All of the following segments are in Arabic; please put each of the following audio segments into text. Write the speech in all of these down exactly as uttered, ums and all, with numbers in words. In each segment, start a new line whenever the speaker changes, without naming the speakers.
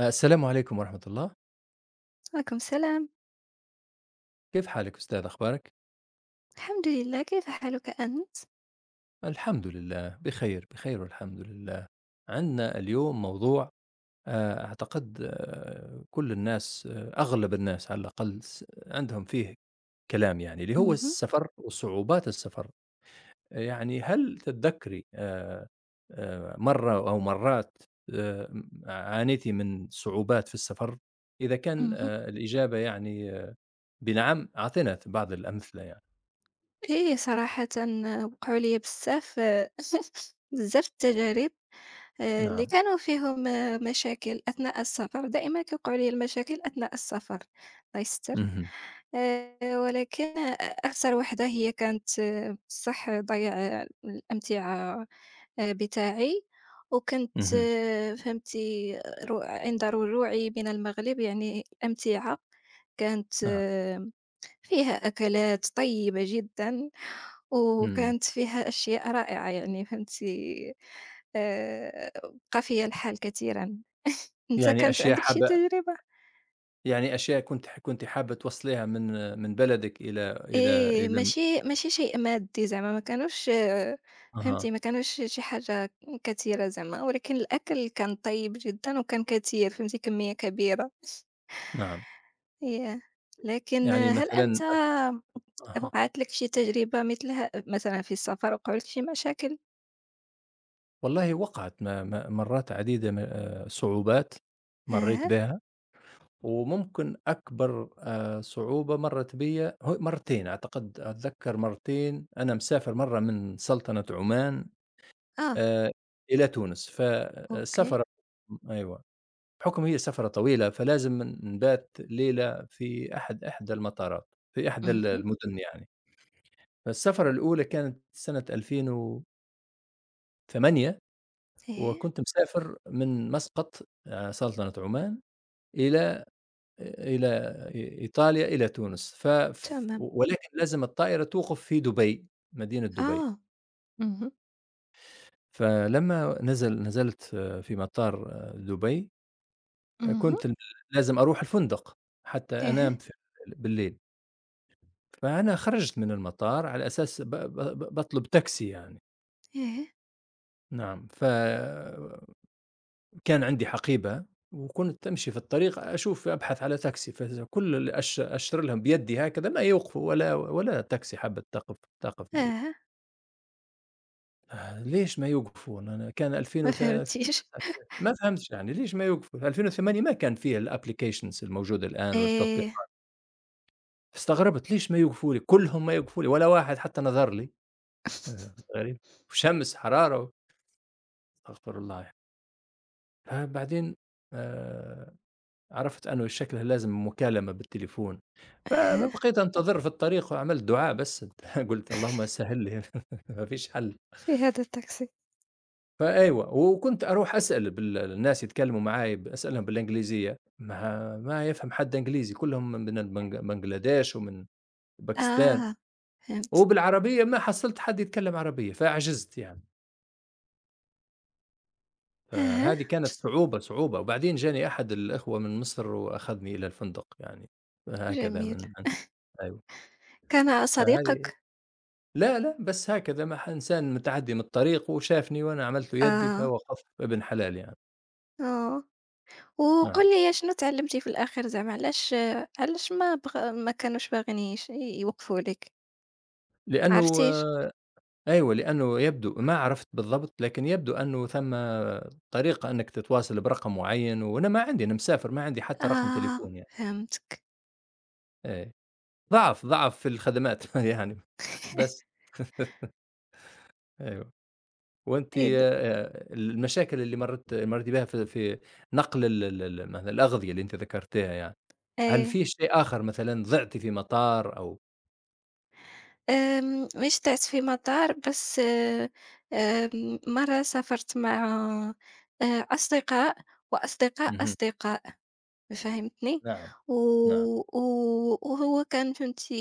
السلام عليكم ورحمة الله.
عليكم السلام.
كيف حالك أستاذ أخبارك؟
الحمد لله، كيف حالك أنت؟
الحمد لله بخير بخير والحمد لله. عندنا اليوم موضوع. آه، أعتقد آه، كل الناس آه، أغلب الناس على الأقل س- عندهم فيه كلام يعني اللي هو
اهم،
السفر وصعوبات السفر. يعني هل تتذكري آه، آه، مرة أو مرات آه، عانيتي من صعوبات في السفر؟ إذا كان
اهم.
آه، الإجابة يعني آه، بنعم أعطينا بعض الأمثلة يعني.
إيه صراحةً، وقعوا لي بزاف بزاف التجارب، آآ، اللي
نعم.
كانوا فيهم آه، مشاكل أثناء السفر، دائمًا كيوقعوا لي المشاكل أثناء السفر. الله يستر.
مهم.
آآ، ولكن أخسر وحدة هي كانت، آه، بصح ضياع الأمتعة آآ، بتاعي، وكنت
اهم،
فهمتِ رو عند رجوعي من المغرب. يعني الأمتعة كانت
نعم،
آه، فيها أكلات طيبة جدًا،
إمم،
وكانت فيها أشياء رائعة، يعني فهمتِ. آآ بقى فيا الحال كثيرًا. أنت
يعني
كانت
أشياء
عندك شي
حابة،
تجربة؟
يعني أشياء كنتِ ح كنتِ حابة توصّليها من من بلدِك إلى إلى
إيه،
إلى م.
ماشي ماشي شيء مادي زعما، ما كانوش فهمتِ،
أها،
ما كانوش شي حاجة كثيرة زعما، ولكن الأكل كان طيب جدًا وكان كثير فهمتِ، كمية كبيرة.
نعم،
ياه! لكن
يعني
آه، هل
مثلًا
أنت
أك أها.
وقعت لك شي تجربة مثلها مثلًا في السفر، وقعوا لك شي مشاكل؟
والله وقعت ما ما مرّات عديدة م آآ، صعوبات مرّيت
ياه!
بها. وممكن أكبر آآ، صعوبة مرّت بيّا هو مرّتين، أعتقد أتذكّر مرّتين، أنا مسافر مرّة من سلطنة عمان
آه،
آآ، إلى تونس،
أوكي.
فالسفر. أيوه. بحكم هي سفرة طويلة، فلازم نبات ليلة في أحد إحدى المطارات، في إحدى ال
اهم.
المدن يعني. فالسفرة الأولى كانت سنة ألفين وثمانية،
ياه!
وكنت مسافر من مسقط آآ سلطنة عمان إلى إلى إ إيطاليا، إلى تونس. ف ف
تمام.
ولكن لازم الطائرة توقف في دبي، مدينة دبي.
آه. اهم،
فلما نزل نزلت آه، في مطار آه، دبي، آه،
اهم.
كنت لازم أروح الفندق حتى
ياه!
أنام في بالليل. فأنا خرجت من المطار على أساس ب ب ب باطلب تاكسي يعني.
ياه!
نعم، فكان عندي حقيبة وكنت أمشي في الطريق أشوف أبحث على تاكسي، فكل اللي أش أشير لهم بيدي هكذا ما يوقفوا، ولا ولا تاكسي حابة تقف تقف لي.
آه،
آه، ليش ما يوقفون؟ أنا كان
ما
ألفين وثلاثة
فهمتيش.
ما فهمتش يعني ليش ما يوقفوا؟ ألفين وثمانية ما كان فيه الapplications الموجودة الآن والتطبيقات.
آآ
استغربت ليش ما يوقفوا لي؟ كلهم ما يوقفوا لي، ولا واحد حتى نظر لي. آه، غريب، وشمس، حرارة، أستغفر الله يعني. فبعدين آآ عرفت أنه شكله لازم مكالمة بالتليفون.
أها،
فبقيت أنتظر في الطريق وعملت دعاء بس، قُلت اللهم سهّل لي، ما فيش حل.
في هذا التاكسي.
فأيوه، وكنت أروح أسأل بال الناس يتكلموا معاي، ب أسألهم بالإنجليزية، ما ما يفهم حد إنجليزي، كلهم من البنج بنجلاديش ومن باكستان.
آه، فهمت.
وبالعربية ما حصلت حد يتكلم عربية، فعجزت يعني.
أها،
فهذه كانت صعوبة، صعوبة، وبعدين جاني أحد الإخوة من مصر وأخذني إلى الفندق يعني، هكذا
جميل.
من. أيوه،
كان صديقك؟
فهذه لا، لأ، بس هكذا مح إنسان متعدي من الطريق وشافني وأنا عملت له يدي
آه،
فهو خف ابن حلال يعني.
آه.
نعم،
وقُل لي شنو تعلمتِ في الآخر زعما، علاش، علاش ما بغ ما كانوش باغيين يش يوقفوا لِك؟ ما
لأنه
عرفتيش؟
آه، أيوه، لأنه يبدو، ما عرفت بالضبط لكن يبدو أنه ثم طريقة أنك تتواصل برقم معين، وأنا ما عندي، أنا مسافر ما عندي حتى رقم
آه،
تليفون يعني.
فهمتك.
إيه، ضعف، ضعف في الخدمات يعني، بس، أيوه. وأنتِ
إذ
آآ المشاكل اللي مرّيت مرّيتِ بها في في نقل ال ال ال مثلًا الأغذية اللي أنتِ ذكرتيها يعني، هل
أي.
في شيء آخر مثلًا ضِعتِ في مطار أو.
آمم، مش طِعت في مطار بس، آآ، آمم، مرّة سافرت مع آآ، أصدقاء وأصدقاء
اهم،
أصدقاء. فهمتني؟
نعم،
و
نعم،
و وهو كان فهمتِ،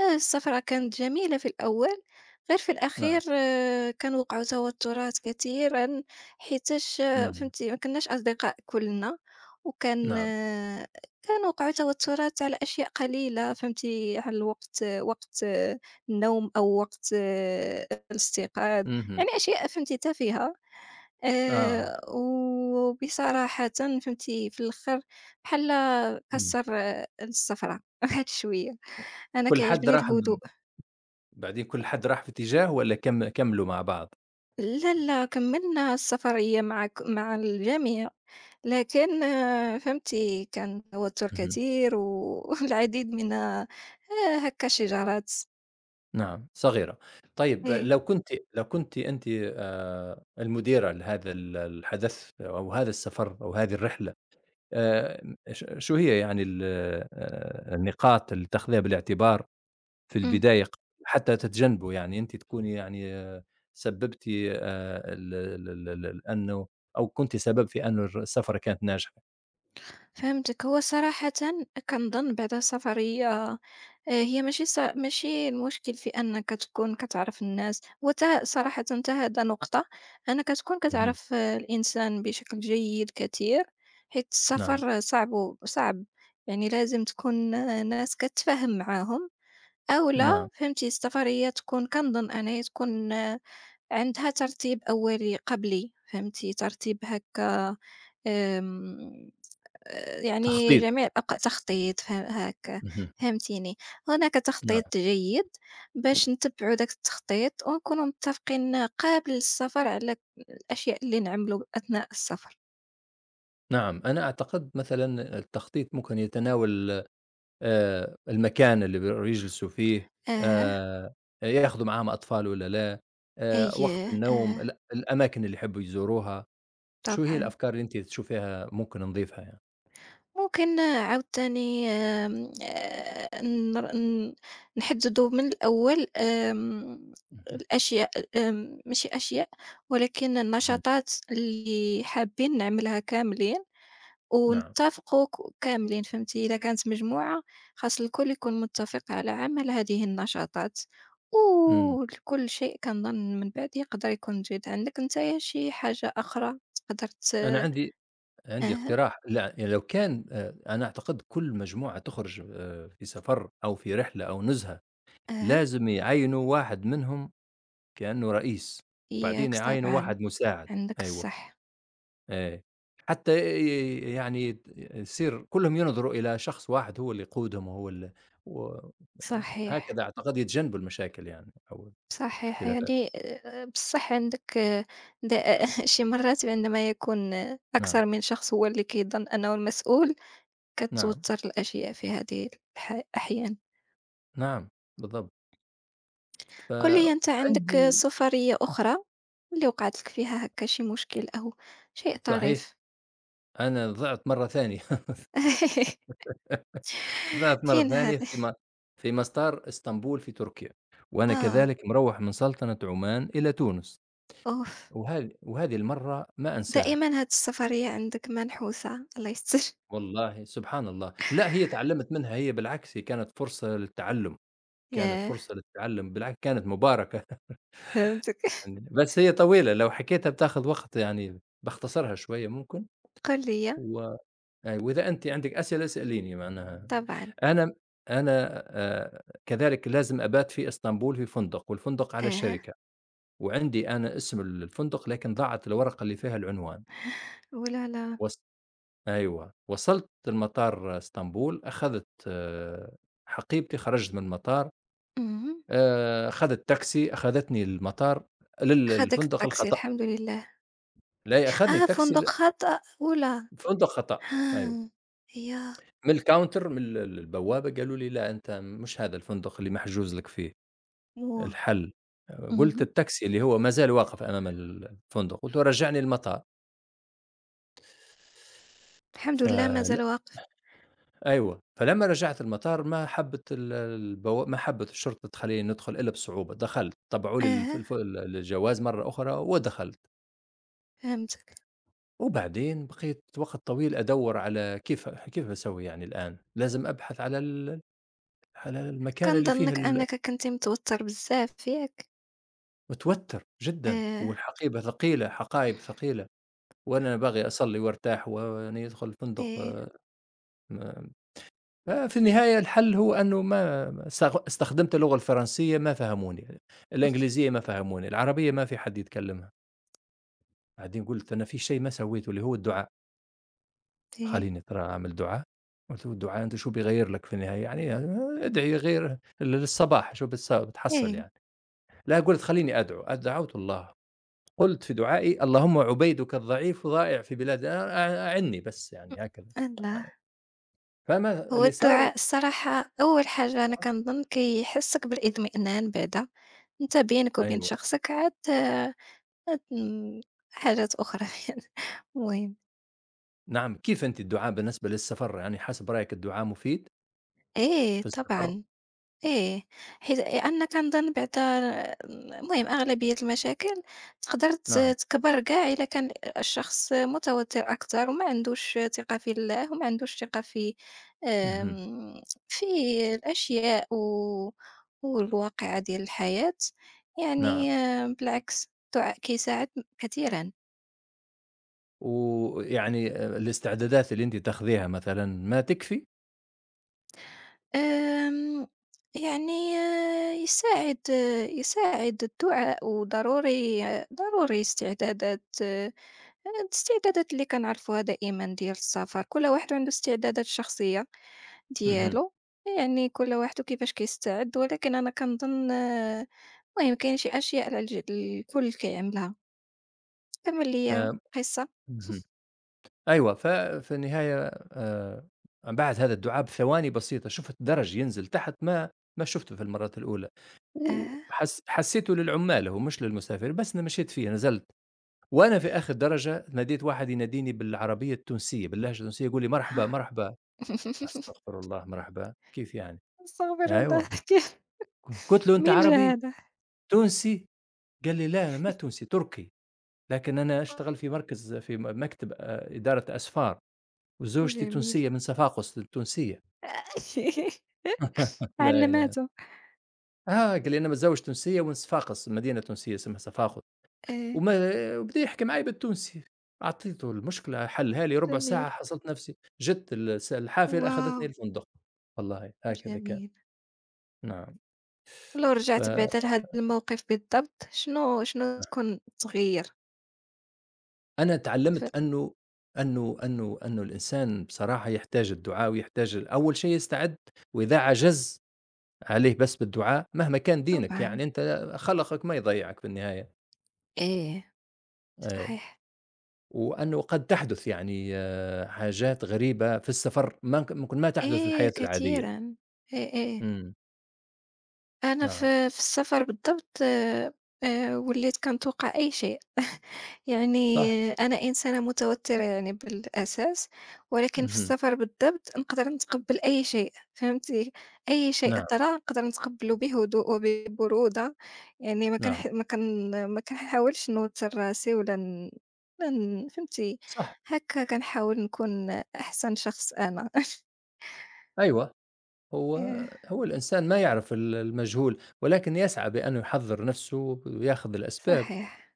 آآ السفرة كانت جميلة في الأول، غير في الأخير
نعم،
آه، كان وقعوا توترات كثيرًا، حيتاش
إمم،
فهمتِ ما كناش أصدقاء كلنا، وكان
نعم،
آه، كان وقعوا توترات على أشياء قليلة، فهمتِ؟ على وقت وقت آه، النوم، أو وقت آه، الاستيقاظ.
اهم،
يعني أشياء فهمتِ تافهة.
آه،
آآ وبصراحةً فهمتِ في الآخر، بحال
إمم،
كسّر السفرة واحد شوية، أنا
كل حد
كيعجبني
راح
الهدوء.
ب. بعدين كل حد راح في اتجاه والّا كم كمّلوا مع بعض؟
لا، لا كمّلنا السفرية معاك مع الجميع، لكن فهمتِ كان توتر
اهم،
كتير والعديد من آآ هاكا شجرات.
نعم، صغيرة. طيب
إيه.
لو كنتِ، لو كنتِ أنتِ آآ المديرة لهذا ال الحدث أو هذا السفر أو هذه الرحلة، آآ ش شو هي يعني ال آآ النقاط اللي تاخذيها بالاعتبار في
إمم.
البداية ق، حتى تتجنبه، يعني أنتِ تكوني يعني سببتِ آآ ال ال ال ال ال أنه، أو كنتِ سبب في أنه الر السفرة كانت ناجحة؟
فهمتك. هو صراحةً كنظن بعد السفرية، آآ هي ماشي ص ماشي المشكل في أنك تكون كتعرف الناس، هو تا صراحةً حتى هذا نقطة، أنك تكون
اهم.
كتعرف آه، الإنسان بشكل جيد كثير، حيت
نعم،
السفر صعب و صعب، يعني لازم تكون آه، ناس كتفاهم معاهم أولا.
نعم،
فهمتي السفرية تكون كنظن أنها تكون آه، عندها ترتيب أولي قبلي، فهمتي ترتيب هاكا، آمم يعني
تخطيط.
جميع الأوقات تخطيط فه هاكا،
اهم.
فهمتيني، هناك
نعم،
تخطيط جيد باش نتبعوا داك التخطيط ونكونوا متفقين قبل السفر على الأشياء اللي نعملوا أثناء السفر.
نعم، أنا أعتقد مثلًا التخطيط ممكن يتناول آآ المكان اللي بير يجلسوا فيه. إمم.
أها،
آآ ياخذوا معاهم أطفال والّا لا، آآ وقت
أييه،
النوم،
أها،
ال الأماكن اللي يحبوا يزوروها. شو هي
طبعًا.
الأفكار اللي أنتِ تشوفيها ممكن نضيفها يعني؟
ممكن عاوتاني آمم، آآ، نر ن نحددوا من الأول، آمم،
اهم،
الأشياء، آمم، ماشي أشياء، ولكن
اهم.
النشاطات اللي حابين نعملها كاملين.
نعم،
ونتّفقوا ك كاملين فهمتِ، إذا كانت مجموعة، خاص الكل يكون متّفق على عمل هذه النشاطات،
إمم،
وكل شيء كنظن من بعد يقدر يكون جيد. عندك نتايا شي حاجة أخرى تقدر ت
أنا عندي، عندي
أها،
اقتراح، لأ يعني لو كان آآ، أنا أعتقد كل مجموعة تخرج آآ في سفر أو في رحلة أو نزهة،
أها،
لازم يعينوا واحد منهم كأنه رئيس، وبعدين
ياك
يعينوا
طبعًا،
واحد مساعد.
عندك
أيوه.
الصح،
إيه. حتى ي يعني ت يصير كلّهم ينظروا إلى شخص واحد هو اللي يقودهم وهو ال و.
صحيح،
هكذا أعتقد يتجنبوا المشاكل يعني، أو
صحيح.
الاختلافات.
يعني آآ، بصح عندك د شي مرات عندما يكون آه،
نعم،
أكثر من شخص هو اللي كيظن أنه المسؤول،
نعم،
كتوتر الأشياء في هذه الح الأحيان.
نعم، بالضبط.
قُل لي أنت عندك
فعندي
سفرية أخرى اللي وقعت لك فيها هكا شي مشكل أو شيء
صحيح،
طريف؟
أنا ضِعت مرّة ثانية. ضِعت مرّة
فين هذا؟
ثانية في م، في مطار إسطنبول في تركيا، وأنا
آه،
كذلك مروّح من سلطنة عمان إلى تونس.
أوف!
وهذه، وهذه المرّة ما أنساها.
دائمًا هذه السفرية عندك منحوسة، الله يستر.
والله سبحان الله، لأ هي اتعلّمت منها، هي بالعكس هي كانت فرصة للتعلُّم. كانت
ياه!
فرصة للتعلُّم، بالعكس كانت مباركة.
فهمتك.
يعني بس هي طويلة لو حكيتها بتاخذ وقت يعني، باختصرها شوية ممكن،
قُل لي،
و. أي، وإذا أنتِ عندِك أسئلة اسأليني معناها.
طبعًا،
أنا أنا آآ كذلك لازم أبات في إسطنبول في فندق، والفندق على
أها،
الشركة، وعندي أنا اسم الفندق لكن ضاعت الورقة اللي فيها العنوان.
أولى، لا،
وص، أيوه، وصلت لمطار إسطنبول، أخذت آه، حقيبتي، خرجت من المطار،
اهم،
آآ، أخذت تاكسي، أخذتني المطار لل
خدك
للفندق
الطاكسي
الخطأ.
الحمد لله.
لا، أخذني
آه،
تاكسي ل
فندق خط، أولى.
فندق خطأ. أيوه،
ها، ياه!
من الcounter من ال ال- البوابة قالوا لي: "لأ، أنت مش هذا الفندق اللي محجوز لك فيه
و
الحل." آه، قُلت:
اهم،
"التاكسي اللي هو ما زال واقف أمام ال الفندق." قُلت له: "رجّعني للمطار."
الحمد لله مازال
فل،
واقف.
أيوه، فلمّا رجعت المطار ما حبِّت ال البوا ما حبِّت الشرطة تخلّيني ندخل إلا بصعوبة، دخلت، طبعوا لي الف
أها،
الف الجواز مرّة أخرى ودخلت.
فهمت.
وبعدين بقيت وقت طويل أدوّر على كيف، كيف باسوي يعني الآن؟ لازم أبحث على ال، على المكان اللي فيه
كنظنّك
ال.
أنك كنتي متوتّر بزاف ياك؟
متوتّر جدًا،
آه،
والحقيبة ثقيلة، حقايب ثقيلة، وأنا باغي أصلّي وارتاح وأني أدخل فندق،
إيه،
آآ آآ في النهاية الحل هو أنه ما ما استغ استخدمت اللغة الفرنسية ما فهموني، الإنجليزية ما فهموني، العربية ما في حد يتكلمها. بعدين قُلت أنا في شيء ما سويته اللي هو الدعاء.
إيه،
خلّيني ترى أعمل دعاء. قُلت له: "الدعاء أنت شو بيغيّر لك في النهاية يعني، ادعي غير للصباح شو بتس بتحصل
إيه،
يعني." لأ قُلت خلّيني أدعو، دعوت الله، قُلت في دعائي: "اللهم عبيدك الضعيف ضائع في بلاد" أ أع أعني بس يعني هكذا.
الله!
فما
هو
اللي صار.
الدعاء الصراحة أول حاجة أنا كنظن كيحسّسك بالإطمئنان بعدا، أنت بينك وبين
أيوه.
شخصك عاد آه، عاد ن حاجات أخرى يعني المهم.
نعم، كيف أنتِ الدعاء بالنسبة للسفر، يعني حسب رأيِك الدعاء مفيد
إيه
في السفر؟
طبعًا. إيه، حيت أنا كنظن بعدا المهم أغلبية المشاكل تقدر ت
نعم،
تكبر كاع إلا كان الشخص متوتر أكتر، وما عندوش ثقة في الله وما عندوش ثقة في
اهم،
آمم، في الأشياء و والواقعة ديال الحياة.
نعم،
يعني آم، بالعكس الدعاء كيساعد كثيرًا.
ويعني آآ الاستعدادات اللي أنتِ تاخذيها مثلًا ما تكفي؟
آمم، يعني آه، يساعد آه، يساعد الدعاء، وضروري آه، ضروري استعدادات آه، الاستعدادات اللي كنعرفوها دائمًا ديال السفر، كل واحد عنده استعدادات شخصية
اهم،
ديالو، يعني كل واحد وكيفاش كيستعد. ولكن أنا كنظن آه، المهم كاين شي أشياء على الج الكل كيعملها. كمّل ليا
آآ،
القصة.
اهم، أيوه، ف، في النهاية آآ بعد هذا الدعاء بثواني بسيطة شُفت درج ينزل تحت ما، ما شُفته في المرات الأولى،
آه،
وحس حسيته للعمال هو مش للمسافر، بس أنا مشيت فيه، نزلت. وأنا في آخر درجة ناديت واحد، يناديني بالعربية التونسية، باللهجة التونسية يقول لي: "مرحبا، مرحبا." أستغفر الله، مرحبًا، كيف يعني؟
أستغفر الله
أيوه،
كيف؟
ق قُلت له: "أنت
مين جا
عربي؟
هذا؟
تونسي؟" قال لي: "لا، أنا ما تونسي، تركي، لكن أنا
آه،
أشتغل في مركز في م مكتب آآ إدارة أسفار، وزوجتي
جميل.
تونسية من صفاقس التونسية." لا إله.
علّماته،
آه، قال لي: "أنا متزوج تونسية ومن صفاقس، مدينة تونسية اسمها صفاقس."
آه،
وما، وبدا يحكي معي بالتونسي، أعطيته المشكلة حلها لي ربع
جميل،
ساعة، حصلت نفسي، جت الس الحافلة
واو!
أخذتني الفندق. والله هكذا كان.
جميل.
نعم.
ولو
ف،
رجعت بعدا لهذا الموقف بالضبط، شنو شنو تكون تغيّر؟
أنا
ف
تعلّمت أنه أنه أنه أنه الإنسان بصراحة يحتاج الدعاء ويحتاج أول شيء يستعد. وإذا عجز عليه بس بالدعاء، مهما كان دينك،
طبعًا،
يعني أنت خَلَقك ما يضيّعك في النهاية.
إيه،
آآ،
صحيح،
وأنه قد تحدث يعني آه، حاجات غريبة في السفر ما ك ممكن ما تحدث في
إيه
الحياة العادية.
كثيرًا، إيه، إيه.
إمم،
أنا
نعم،
في في السفر بالضبط، آآ وليت كنتوقع أي شيء. يعني
صح،
أنا إنسانة متوترة يعني بالأساس، ولكن في
اهم،
السفر بالضبط نقدر نتقبّل أي شيء، فهمتِ؟ أي شيء
نعم،
طرا نقدر نتقبّله بهدوء وببرودة، يعني ما
نعم،
كنح ما كن ما كنحاولش نوتّر راسي، ولا ن ولا ن فهمتِ؟
صح،
هاكا كنحاول نكون أحسن شخص أنا.
أيوه، هو،
إيه،
هو الإنسان ما يعرف ال المجهول، ولكن يسعى بأنه يحضّر نَفْسه وياخذ الأسباب.
صحيح.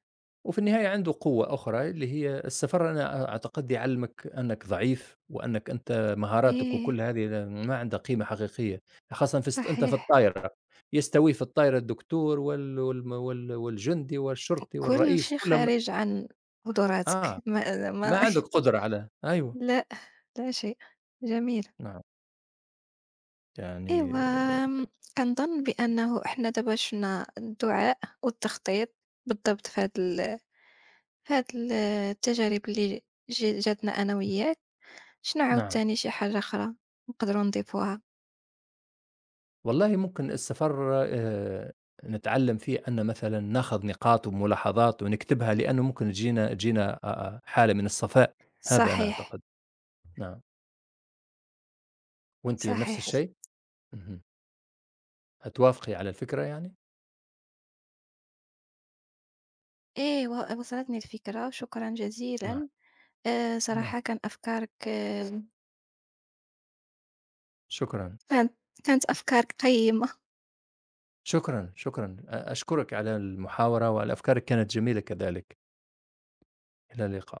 وفي النهاية عنده قوة أخرى اللي هي السفر، أنا أعتقد يعلمك أنك ضعيف، وأنك أنت مهاراتك
إيه،
وكل هذه ما عندها قيمة حقيقية، خاصة في است... أنت في
صحيح.
الطائرة يستوي في الطائرة الدكتور وال... وال... وال... والجندي والشرطي
كل
والرئيس
شيء
كلهم.
خارج عن قدراتك،
آه،
ما
ما
ما
عندك قدرة على، أيوه،
لأ، لا شيء. جميل.
نعم، يعني
أيوه،
آه،
آمم، كنظن بأنه إحنا دابا شفنا الدعاء والتخطيط بالضبط في هاد ال في هاد ال التجارب اللي ج جاتنا أنا وياك. شنو
نعم،
عاوتاني شي حاجة أخرى نقدروا نضيفوها؟
والله ممكن السفر آآ نتعلم فيه أن مثلًا ناخذ نقاط وملاحظات ونكتبها، لأنه ممكن تجينا تجينا آآ حالة من الصفاء، هذا أنا
صحيح،
أعتقد، نعم، وأنتِ نفس
صحيح.
الشيء؟ اهم، هتوافقي على الفكرة يعني؟
أيوه، وصلتني الفكرة، شكرًا
نعم،
جزيلًا. آآ،
نعم،
صراحة كان أفكارك أه،
شكرًا،
كانت كانت أفكارك قيّمة.
شكرًا، شكرًا، أ أشكرك على المحاورة، والأفكار كانت جميلة كذلك. إلى اللقا